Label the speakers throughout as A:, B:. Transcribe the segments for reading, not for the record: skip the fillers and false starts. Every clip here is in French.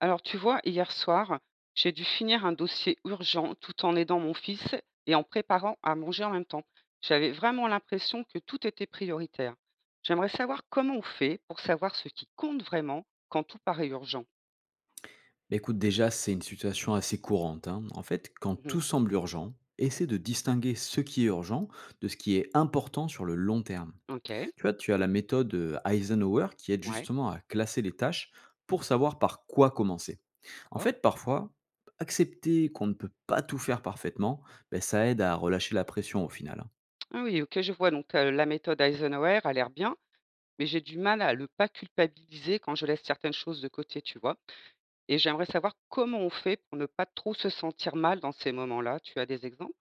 A: Alors, tu vois, hier soir, j'ai dû finir un dossier urgent tout en aidant mon fils et en préparant à manger en même temps. J'avais vraiment l'impression que tout était prioritaire. J'aimerais savoir comment on fait pour savoir ce qui compte vraiment quand tout paraît urgent.
B: Bah, écoute, déjà, c'est une situation assez courante, hein. En fait, quand
A: Mhm.
B: tout semble urgent, essaie de distinguer ce qui est urgent de ce qui est important sur le long terme.
A: Ok,
B: Tu vois, tu as la méthode Eisenhower qui aide
A: ouais,
B: justement à classer les tâches pour savoir par quoi commencer. En
A: d'accord.
B: fait, parfois, accepter qu'on ne peut pas tout faire parfaitement, bah, ça aide à relâcher la pression au final, hein.
A: Ah oui, ok, je vois. Donc, la méthode Eisenhower a l'air bien, mais j'ai du mal à ne pas culpabiliser quand je laisse certaines choses de côté, tu vois. Et j'aimerais savoir comment on fait pour ne pas trop se sentir mal dans ces moments-là. Tu as des exemples?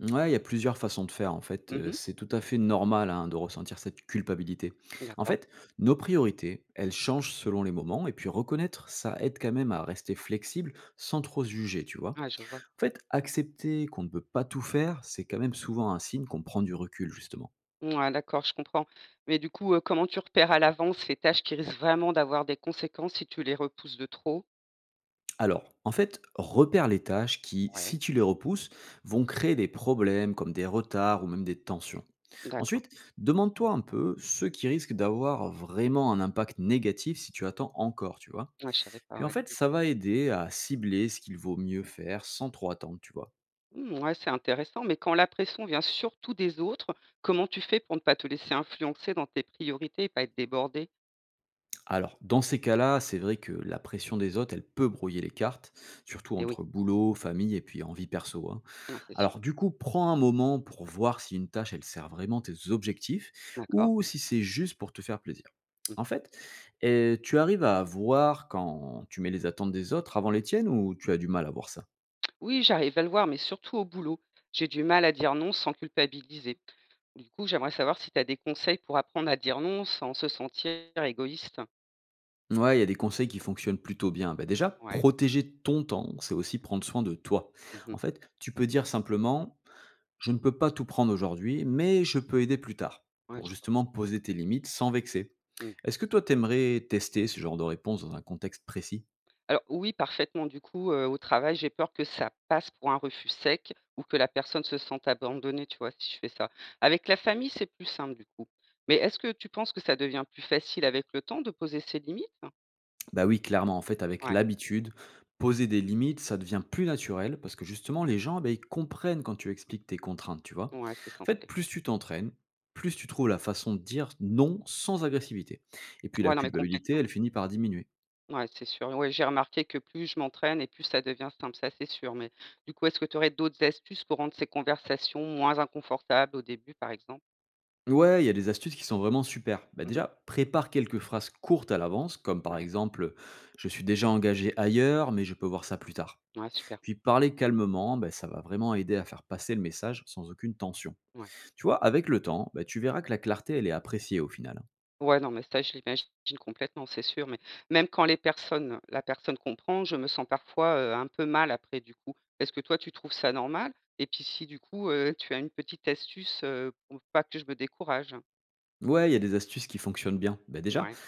B: Ouais, il y a plusieurs façons de faire en fait.
A: Mhm.
B: C'est tout à fait normal, hein, de ressentir cette culpabilité. En
A: D'accord.
B: fait, nos priorités, elles changent selon les moments et puis reconnaître, ça aide quand même à rester flexible sans trop se juger, tu vois?
A: Ouais, je vois.
B: En fait, accepter qu'on ne peut pas tout faire, c'est quand même souvent un signe qu'on prend du recul justement.
A: Ouais, d'accord, je comprends. Mais du coup, comment tu repères à l'avance les tâches qui risquent vraiment d'avoir des conséquences si tu les repousses de trop?
B: Alors, en fait, repère les tâches qui, si
A: Ouais.
B: tu les repousses, vont créer des problèmes comme des retards ou même des tensions.
A: D'accord.
B: Ensuite, demande-toi un peu ce qui risque d'avoir vraiment un impact négatif si tu attends encore, tu vois.
A: Ouais, je savais pas,
B: Puis en
A: ouais.
B: fait, ça va aider à cibler ce qu'il vaut mieux faire sans trop attendre, tu vois.
A: Mmh, ouais, c'est intéressant, mais quand la pression vient surtout des autres, comment tu fais pour ne pas te laisser influencer dans tes priorités et pas être débordé.
B: Alors, dans ces cas-là, c'est vrai que la pression des autres, elle peut brouiller les cartes, surtout
A: Eh oui,
B: entre boulot, famille et puis envie perso, hein.
A: ouais, c'est sûr.
B: Alors, du coup, prends un moment pour voir si une tâche, elle sert vraiment tes objectifs
A: D'accord.
B: ou si c'est juste pour te faire plaisir.
A: Mmh.
B: En fait, tu arrives à voir quand tu mets les attentes des autres avant les tiennes ou tu as du mal à voir ça?
A: Oui, j'arrive à le voir, mais surtout au boulot. J'ai du mal à dire non sans culpabiliser. Du coup, j'aimerais savoir si tu as des conseils pour apprendre à dire non sans se sentir égoïste?
B: Ouais, il y a des conseils qui fonctionnent plutôt bien. Bah, déjà,
A: Ouais.
B: protéger ton temps, c'est aussi prendre soin de toi.
A: Mmh.
B: En fait, tu peux dire simplement: «Je ne peux pas tout prendre aujourd'hui, mais je peux aider plus tard»,
A: Ouais,
B: pour
A: je vois.
B: justement poser tes limites sans vexer.
A: Mmh.
B: Est-ce que toi, t'aimerais tester ce genre de réponse dans un contexte précis?
A: Alors oui, parfaitement. Du coup, au travail, j'ai peur que ça passe pour un refus sec ou que la personne se sente abandonnée, tu vois, si je fais ça. Avec la famille, c'est plus simple, du coup. Mais est-ce que tu penses que ça devient plus facile avec le temps de poser ses limites?
B: Bah oui, clairement, en fait, avec
A: Ouais,
B: l'habitude, poser des limites, ça devient plus naturel parce que justement, les gens, bah, ils comprennent quand tu expliques tes contraintes, tu vois.
A: ouais, c'est
B: En fait,
A: censé.
B: plus tu t'entraînes, plus tu trouves la façon de dire non sans agressivité. Et puis
A: Ouais,
B: la
A: non, mais
B: culpabilité,
A: complètement.
B: elle finit par diminuer.
A: Ouais, c'est sûr. Ouais, j'ai remarqué que plus je m'entraîne et plus ça devient simple, ça, c'est sûr. Mais du coup, est-ce que tu aurais d'autres astuces pour rendre ces conversations moins inconfortables au début, par exemple?
B: Ouais, il y a des astuces qui sont vraiment super. Bah
A: Mmh.
B: déjà, prépare quelques phrases courtes à l'avance, comme par
A: Ouais,
B: exemple «Je suis déjà engagé ailleurs, mais je peux voir ça plus tard».
A: ouais, super.
B: Puis parler calmement, bah, ça va vraiment aider à faire passer le message sans aucune tension.
A: Ouais.
B: Tu vois, avec le temps, bah, tu verras que la clarté, elle est appréciée au final, hein.
A: Ouais, non, mais ça, je l'imagine complètement, c'est sûr. Mais même quand les personnes la personne comprend, je me sens parfois, un peu mal après, du coup. Est-ce que toi, tu trouves ça normal? Et puis si, du coup, tu as une petite astuce, pour pas que je me décourage?
B: Ouais, il y a des astuces qui fonctionnent bien. Bah, déjà,
A: Ouais,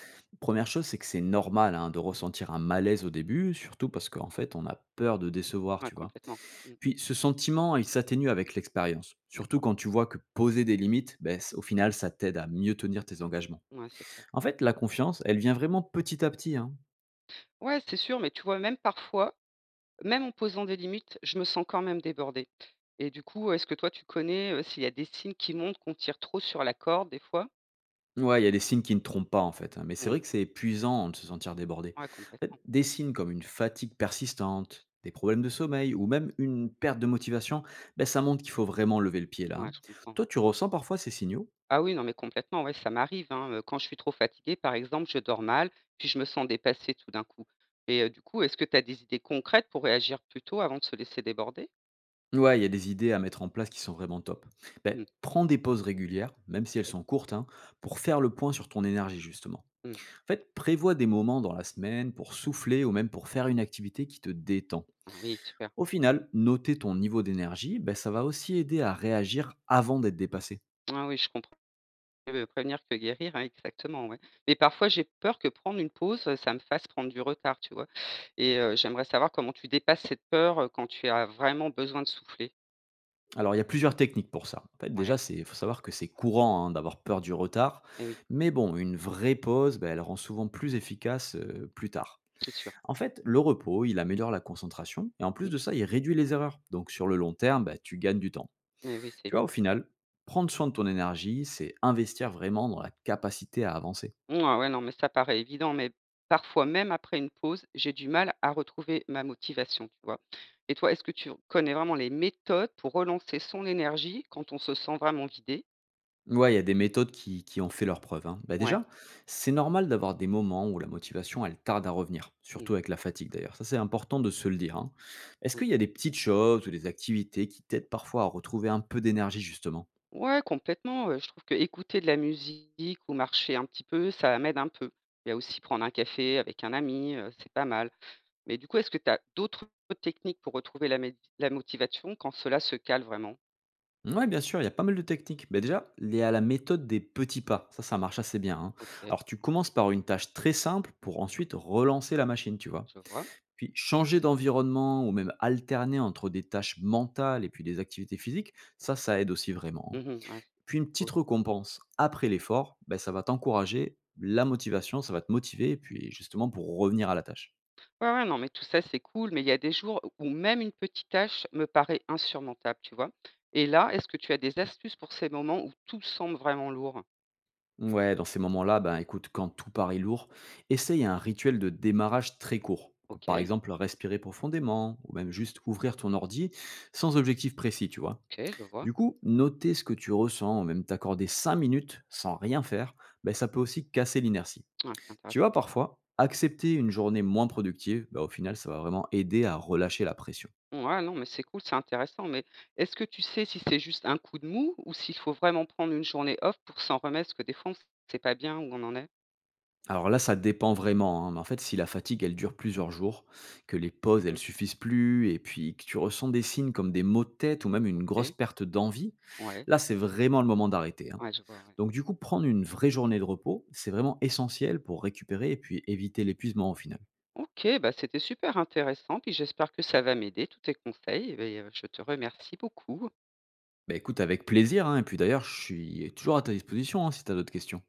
B: première chose, c'est que c'est normal hein, de ressentir un malaise au début, surtout parce qu'en fait, on a peur de décevoir,
A: ouais,
B: tu vois.
A: complètement. Mmh,
B: Puis, ce sentiment, il s'atténue avec l'expérience. Surtout
A: d'accord.
B: quand tu vois que poser des limites, bah, au final, ça t'aide à mieux tenir tes engagements.
A: Ouais, c'est clair.
B: En fait, la confiance, elle vient vraiment petit à petit, hein.
A: Ouais, c'est sûr, mais tu vois, même parfois, même en posant des limites, je me sens quand même débordée. Et du coup, est-ce que toi, tu connais, s'il y a des signes qui montrent qu'on tire trop sur la corde, des fois?
B: Ouais, il y a des signes qui ne trompent pas en fait, hein, mais c'est
A: Mmh.
B: vrai que c'est épuisant de se sentir débordé.
A: Ouais,
B: En
A: complètement.
B: fait, des signes comme une fatigue persistante, des problèmes de sommeil ou même une perte de motivation, ben, ça montre qu'il faut vraiment lever le pied là,
A: Ouais,
B: hein.
A: je comprends, ouais.
B: Toi, tu ressens parfois ces signaux?
A: Ah oui, non, mais complètement, ouais, ça m'arrive, hein. Quand je suis trop fatiguée, par exemple, je dors mal, puis je me sens dépassée tout d'un coup et du coup, est-ce que tu as des idées concrètes pour réagir plus tôt avant de se laisser déborder?
B: Ouais, il y a des idées à mettre en place qui sont vraiment top. Ben,
A: Mmh,
B: prends des pauses régulières, même si elles
A: OK.
B: sont courtes, hein, pour faire le point sur ton énergie justement.
A: Mmh.
B: En fait, prévois des moments dans la semaine pour souffler ou même pour faire une activité qui te détend.
A: Ah oui, super.
B: Au final, noter ton niveau d'énergie, ben ça va aussi aider à réagir avant d'être dépassé.
A: Ah oui, je comprends mieux prévenir que guérir, hein, exactement, ouais. Mais parfois, j'ai peur que prendre une pause, ça me fasse prendre du retard, tu vois? Et j'aimerais savoir comment tu dépasses cette peur, quand tu as vraiment besoin de souffler?
B: Alors, il y a plusieurs techniques pour ça. En fait,
A: Ouais,
B: déjà, il faut savoir que c'est courant hein, d'avoir peur du retard,
A: eh oui,
B: mais bon, une vraie pause, ben elle rend souvent plus efficace plus tard.
A: c'est sûr.
B: En fait, le repos, il améliore la concentration, et en plus
A: Mmh.
B: de ça, il réduit les erreurs. Donc, sur le long terme, ben tu gagnes du temps.
A: Eh oui, c'est
B: Tu vois,
A: évident.
B: au final, prendre soin de ton énergie, c'est investir vraiment dans la capacité à avancer.
A: Mmh, ah ouais, non, mais ça paraît évident, mais parfois, même après une pause, j'ai du mal à retrouver ma motivation, tu vois? Et toi, est-ce que tu connais vraiment les méthodes pour relancer son énergie quand on se sent vraiment vidé?
B: Ouais, il y a des méthodes qui ont fait leurs preuves, hein. Bah
A: Ouais.
B: déjà, c'est normal d'avoir des moments où la motivation, elle tarde à revenir,
A: Mmh,
B: surtout avec la fatigue d'ailleurs. Ça, c'est important de se le dire, hein. Est-ce
A: oui.
B: qu'il y a des petites choses ou des activités qui t'aident parfois à retrouver un peu d'énergie, justement?
A: Ouais, complètement, je trouve que écouter de la musique ou marcher un petit peu, ça m'aide un peu. Il y a aussi prendre un café avec un ami, c'est pas mal. Mais du coup, est-ce que tu as d'autres techniques pour retrouver la motivation quand cela se cale vraiment?
B: Ouais, bien sûr, il y a pas mal de techniques. Bah déjà, il y a la méthode des petits pas. Ça marche assez bien, hein.
A: OK,
B: Alors, tu commences par une tâche très simple pour ensuite relancer la machine, tu vois.
A: je vois.
B: Puis, changer d'environnement ou même alterner entre des tâches mentales et puis des activités physiques, ça aide aussi vraiment, hein.
A: Mmh, ouais.
B: Puis une petite récompense après l'effort, ben ça va t'encourager, la motivation, ça va te motiver et puis justement pour revenir à la tâche.
A: Ouais, non, mais tout ça, c'est cool, mais il y a des jours où même une petite tâche me paraît insurmontable, tu vois? Et là, est-ce que tu as des astuces pour ces moments où tout semble vraiment lourd?
B: Ouais, dans ces moments-là, ben écoute, quand tout paraît lourd, essaye un rituel de démarrage très court. Comme par
A: OK,
B: exemple, respirer profondément, ou même juste ouvrir ton ordi sans objectif précis, tu vois.
A: OK, je vois.
B: Du coup, noter ce que tu ressens, ou même t'accorder 5 minutes sans rien faire, ben, ça peut aussi casser l'inertie.
A: Ouais, c'est
B: Tu
A: intéressant.
B: vois, parfois, accepter une journée moins productive, ben, au final, ça va vraiment aider à relâcher la pression.
A: Ouais, non, mais c'est cool, c'est intéressant, mais est-ce que tu sais si c'est juste un coup de mou ou s'il faut vraiment prendre une journée off pour s'en remettre? Parce que des fois, on sait pas bien où on en est.
B: Alors là, ça dépend vraiment, hein, mais en fait, si la fatigue, elle dure plusieurs jours, que les pauses,
A: Mmh.
B: elles suffisent plus, et puis que tu ressens des signes comme des maux de tête ou même une grosse
A: OK,
B: perte d'envie,
A: ouais,
B: là, c'est vraiment le moment d'arrêter, hein.
A: ouais, je vois, ouais.
B: Donc du coup, prendre une vraie journée de repos, c'est vraiment essentiel pour récupérer et puis éviter l'épuisement au final.
A: OK, bah, c'était super intéressant, puis j'espère que ça va m'aider, tous tes conseils, et beh, je te remercie beaucoup.
B: Bah écoute, avec plaisir, hein, et puis d'ailleurs, je suis toujours à ta disposition hein, si tu as d'autres questions.